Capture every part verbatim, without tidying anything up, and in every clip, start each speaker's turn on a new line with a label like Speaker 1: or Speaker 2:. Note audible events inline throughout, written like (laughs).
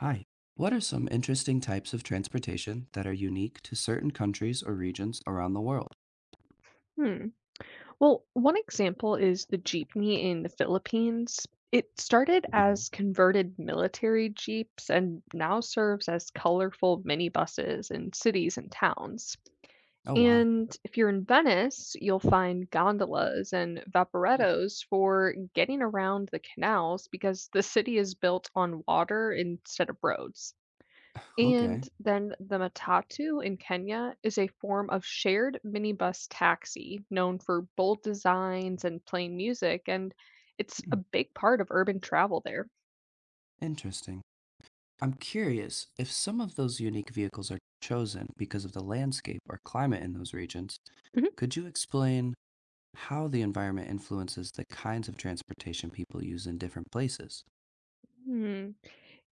Speaker 1: Hi. What are some interesting types of transportation that are unique to certain countries or regions around the world?
Speaker 2: Hmm. Well, one example is the jeepney in the Philippines. It started
Speaker 1: Hmm.
Speaker 2: as converted military jeeps and now serves as colorful minibuses in cities and towns.
Speaker 1: Oh, wow.
Speaker 2: And if you're in Venice, you'll find gondolas and
Speaker 1: Hmm.
Speaker 2: vaporettos for getting around the canals because the city is built on water instead of roads.
Speaker 1: Okay.
Speaker 2: And then the matatu in Kenya is a form of shared minibus taxi known for bold designs and plain music, and it's a
Speaker 1: Hmm.
Speaker 2: big part of urban travel there.
Speaker 1: Interesting. I'm curious if some of those unique vehicles are chosen because of the landscape or climate in those regions,
Speaker 2: Mhm.
Speaker 1: could you explain how the environment influences the kinds of transportation people use in different places?
Speaker 2: Hmm.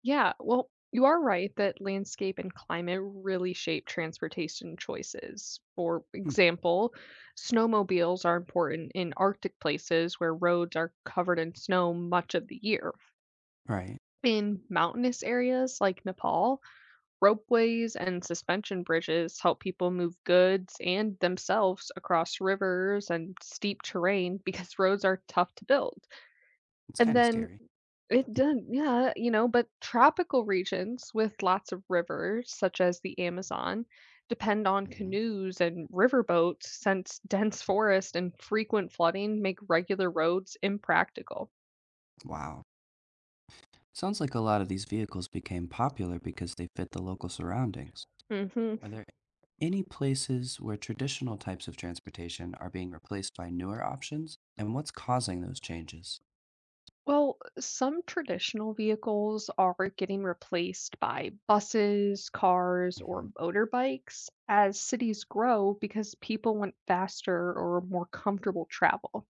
Speaker 2: Yeah, well, you are right that landscape and climate really shape transportation choices. For
Speaker 1: Hmm.
Speaker 2: example, snowmobiles are important in Arctic places where roads are covered in snow much of the year.
Speaker 1: Right.
Speaker 2: In mountainous areas like Nepal, ropeways and suspension bridges help people move goods and themselves across rivers and steep terrain (laughs) because roads are tough to build.
Speaker 1: It's
Speaker 2: And
Speaker 1: kind of
Speaker 2: then
Speaker 1: scary.
Speaker 2: it does, yeah, you know, but tropical regions with lots of rivers, such as the Amazon, depend on
Speaker 1: Hmm.
Speaker 2: canoes and riverboats since dense forest and frequent flooding make regular roads impractical.
Speaker 1: Wow. Sounds like a lot of these vehicles became popular because they fit the local surroundings.
Speaker 2: Hmm.
Speaker 1: Are there any places where traditional types of transportation are being replaced by newer options? And what's causing those changes?
Speaker 2: Well, some traditional vehicles are getting replaced by buses, cars, or
Speaker 1: Hmm.
Speaker 2: motorbikes as cities grow because people want faster or more comfortable travel.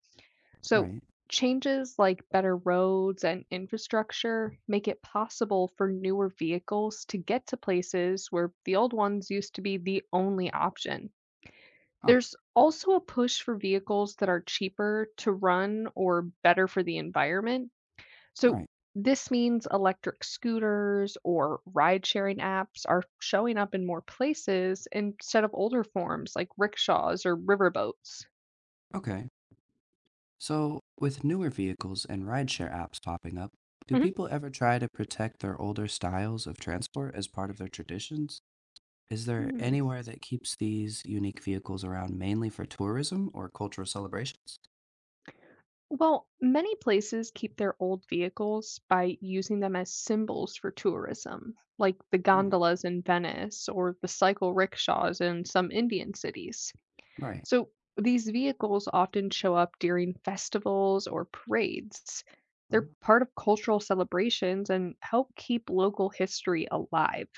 Speaker 2: So,
Speaker 1: Right.
Speaker 2: changes like better roads and infrastructure make it possible for newer vehicles to get to places where the old ones used to be the only option.
Speaker 1: Oh,
Speaker 2: There's also a push for vehicles that are cheaper to run or better for the environment, so
Speaker 1: right.
Speaker 2: this means electric scooters or ride sharing apps are showing up in more places instead of older forms like rickshaws or riverboats.
Speaker 1: Okay. So, with newer vehicles and rideshare apps popping up, do
Speaker 2: Mhm.
Speaker 1: people ever try to protect their older styles of transport as part of their traditions? Is there
Speaker 2: Hmm.
Speaker 1: anywhere that keeps these unique vehicles around mainly for tourism or cultural celebrations?
Speaker 2: Well, many places keep their old vehicles by using them as symbols for tourism, like the
Speaker 1: Mm,
Speaker 2: gondolas in Venice or the cycle rickshaws in some Indian cities.
Speaker 1: right.
Speaker 2: So these vehicles often show up during festivals or parades.
Speaker 1: Oh.
Speaker 2: They're part of cultural celebrations and help keep local history alive.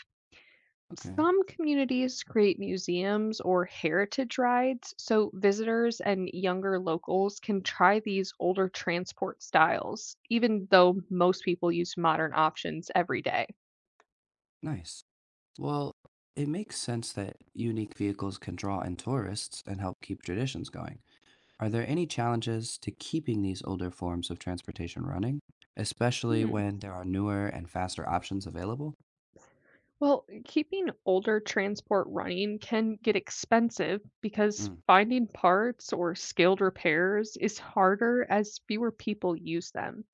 Speaker 1: Okay.
Speaker 2: Some communities create museums or heritage rides so visitors and younger locals can try these older transport styles, even though most people use modern options every day.
Speaker 1: Nice. Well, it makes sense that unique vehicles can draw in tourists and help keep traditions going. Are there any challenges to keeping these older forms of transportation running, especially
Speaker 2: Hmm.
Speaker 1: when there are newer and faster options available?
Speaker 2: Well, keeping older transport running can get expensive because
Speaker 1: Mm,
Speaker 2: finding parts or skilled repairs is harder as fewer people use them.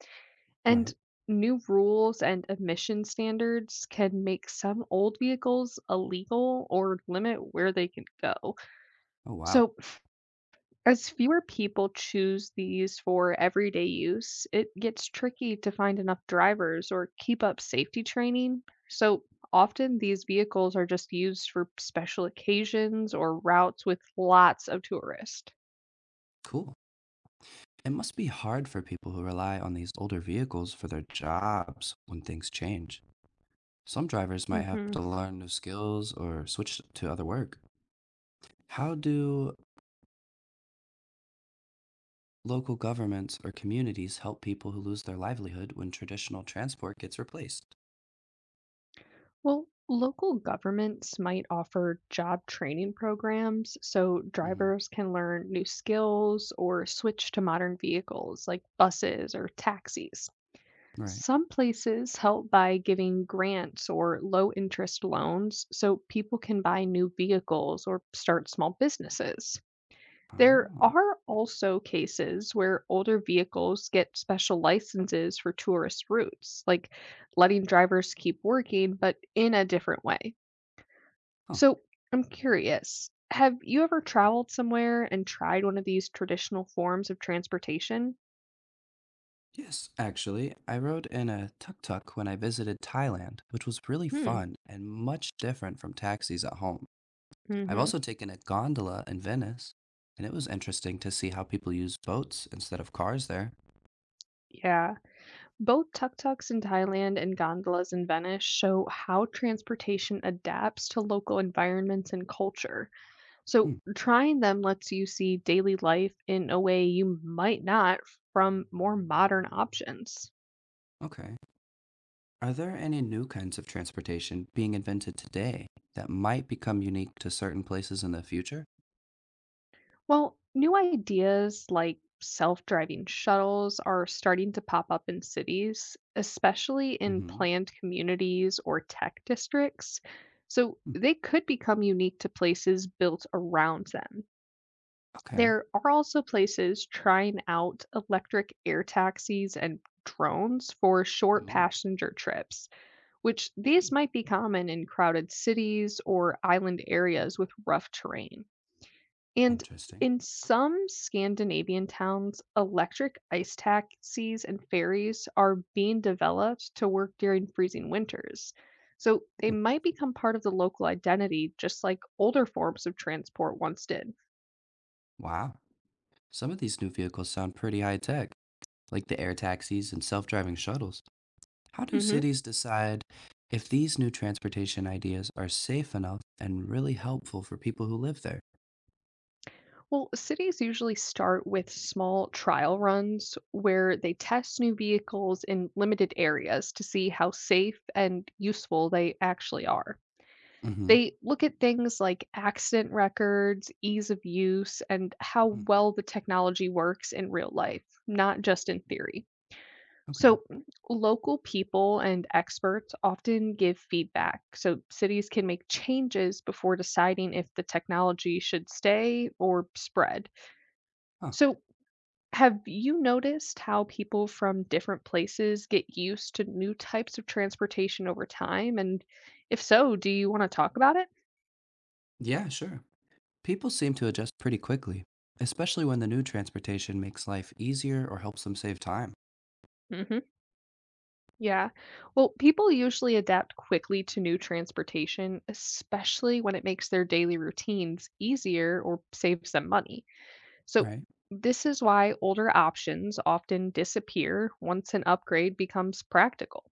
Speaker 2: And
Speaker 1: right.
Speaker 2: new rules and emission standards can make some old vehicles illegal or limit where they can go.
Speaker 1: Oh, wow.
Speaker 2: So, as fewer people choose these for everyday use, it gets tricky to find enough drivers or keep up safety training. So often these vehicles are just used for special occasions or routes with lots of tourists.
Speaker 1: Cool. It must be hard for people who rely on these older vehicles for their jobs when things change. Some drivers might have
Speaker 2: Hmm.
Speaker 1: to learn new skills or switch to other work. How do local governments or communities help people who lose their livelihood when traditional transport gets replaced?
Speaker 2: Well, local governments might offer job training programs so
Speaker 1: Hmm.
Speaker 2: drivers can learn new skills or switch to modern vehicles like buses or taxis.
Speaker 1: Right.
Speaker 2: Some places help by giving grants or low interest loans so people can buy new vehicles or start small businesses. There
Speaker 1: Oh.
Speaker 2: are also cases where older vehicles get special licenses for tourist routes, like letting drivers keep working, but in a different way.
Speaker 1: Huh.
Speaker 2: So I'm curious, have you ever traveled somewhere and tried one of these traditional forms of transportation?
Speaker 1: Yes, actually, I rode in a tuk-tuk when I visited Thailand, which was really
Speaker 2: Hmm.
Speaker 1: fun and much different from taxis at home. I've
Speaker 2: Hmm.
Speaker 1: also taken a gondola in Venice, and it was interesting to see how people use boats instead of cars there.
Speaker 2: Yeah. Both tuk-tuks in Thailand and gondolas in Venice show how transportation adapts to local environments and culture. So,
Speaker 1: Mm,
Speaker 2: trying them lets you see daily life in a way you might not from more modern options.
Speaker 1: okay. Are there any new kinds of transportation being invented today that might become unique to certain places in the future?
Speaker 2: Well, new ideas like self-driving shuttles are starting to pop up in cities, especially in
Speaker 1: Mm-hmm.
Speaker 2: planned communities or tech districts. So,
Speaker 1: Hmm.
Speaker 2: they could become unique to places built around them.
Speaker 1: Okay.
Speaker 2: There are also places trying out electric air taxis and drones for short
Speaker 1: Ooh,
Speaker 2: passenger trips, which these might be common in crowded cities or island areas with rough terrain. And
Speaker 1: interesting.
Speaker 2: in some Scandinavian towns, electric ice taxis and ferries are being developed to work during freezing winters. So they
Speaker 1: Hmm.
Speaker 2: might become part of the local identity, just like older forms of transport once did.
Speaker 1: Wow. Some of these new vehicles sound pretty high tech, like the air taxis and self driving shuttles. How do
Speaker 2: Hmm.
Speaker 1: cities decide if these new transportation ideas are safe enough and really helpful for people who live there?
Speaker 2: Well, cities usually start with small trial runs where they test new vehicles in limited areas to see how safe and useful they actually are.
Speaker 1: Mm-hmm.
Speaker 2: They look at things like accident records, ease of use, and how well the technology works in real life, not just in theory.
Speaker 1: Okay.
Speaker 2: So, mm, local people and experts often give feedback so cities can make changes before deciding if the technology should stay or spread.
Speaker 1: Huh.
Speaker 2: So, have you noticed how people from different places get used to new types of transportation over time? And if so, do you want to talk about it?
Speaker 1: Yeah, sure. People seem to adjust pretty quickly, especially when the new transportation makes life easier or helps them save time,
Speaker 2: Hmm. Yeah. Well, people usually adapt quickly to new transportation, especially when it makes their daily routines easier or saves them money. So,
Speaker 1: right?
Speaker 2: this is why older options often disappear once an upgrade becomes practical.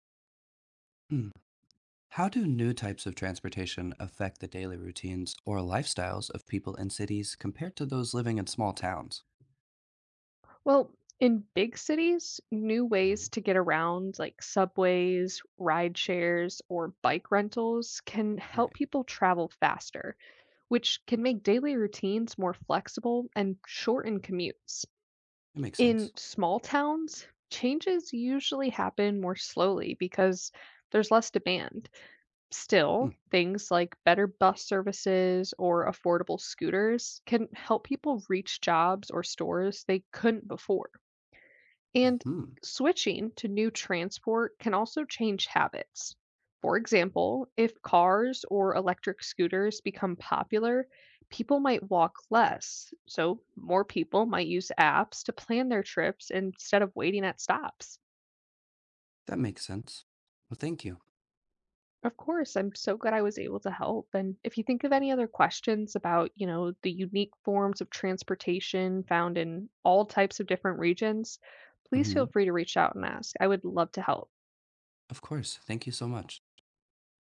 Speaker 1: How do new types of transportation affect the daily routines or lifestyles of people in cities compared to those living in small towns?
Speaker 2: Well, in big cities, new
Speaker 1: Mhm.
Speaker 2: ways to get around, like subways, ride shares, or bike rentals, can help
Speaker 1: Right.
Speaker 2: people travel faster, which can make daily routines more flexible and shorten commutes.
Speaker 1: It makes
Speaker 2: In
Speaker 1: sense.
Speaker 2: small towns, changes usually happen more slowly because there's less demand. Still,
Speaker 1: Hmm.
Speaker 2: things like better bus services or affordable scooters can help people reach jobs or stores they couldn't before. And
Speaker 1: Mm-hmm.
Speaker 2: switching to new transport can also change habits. For example, if cars or electric scooters become popular, people might walk less. So, more people might use apps to plan their trips instead of waiting at stops.
Speaker 1: That makes sense. Well, thank you.
Speaker 2: Of course, I'm so glad I was able to help. And if you think of any other questions about, you know, the unique forms of transportation found in all types of different regions, please
Speaker 1: Hmm.
Speaker 2: feel free to reach out and ask. I would love to help.
Speaker 1: Of course. Thank you so much.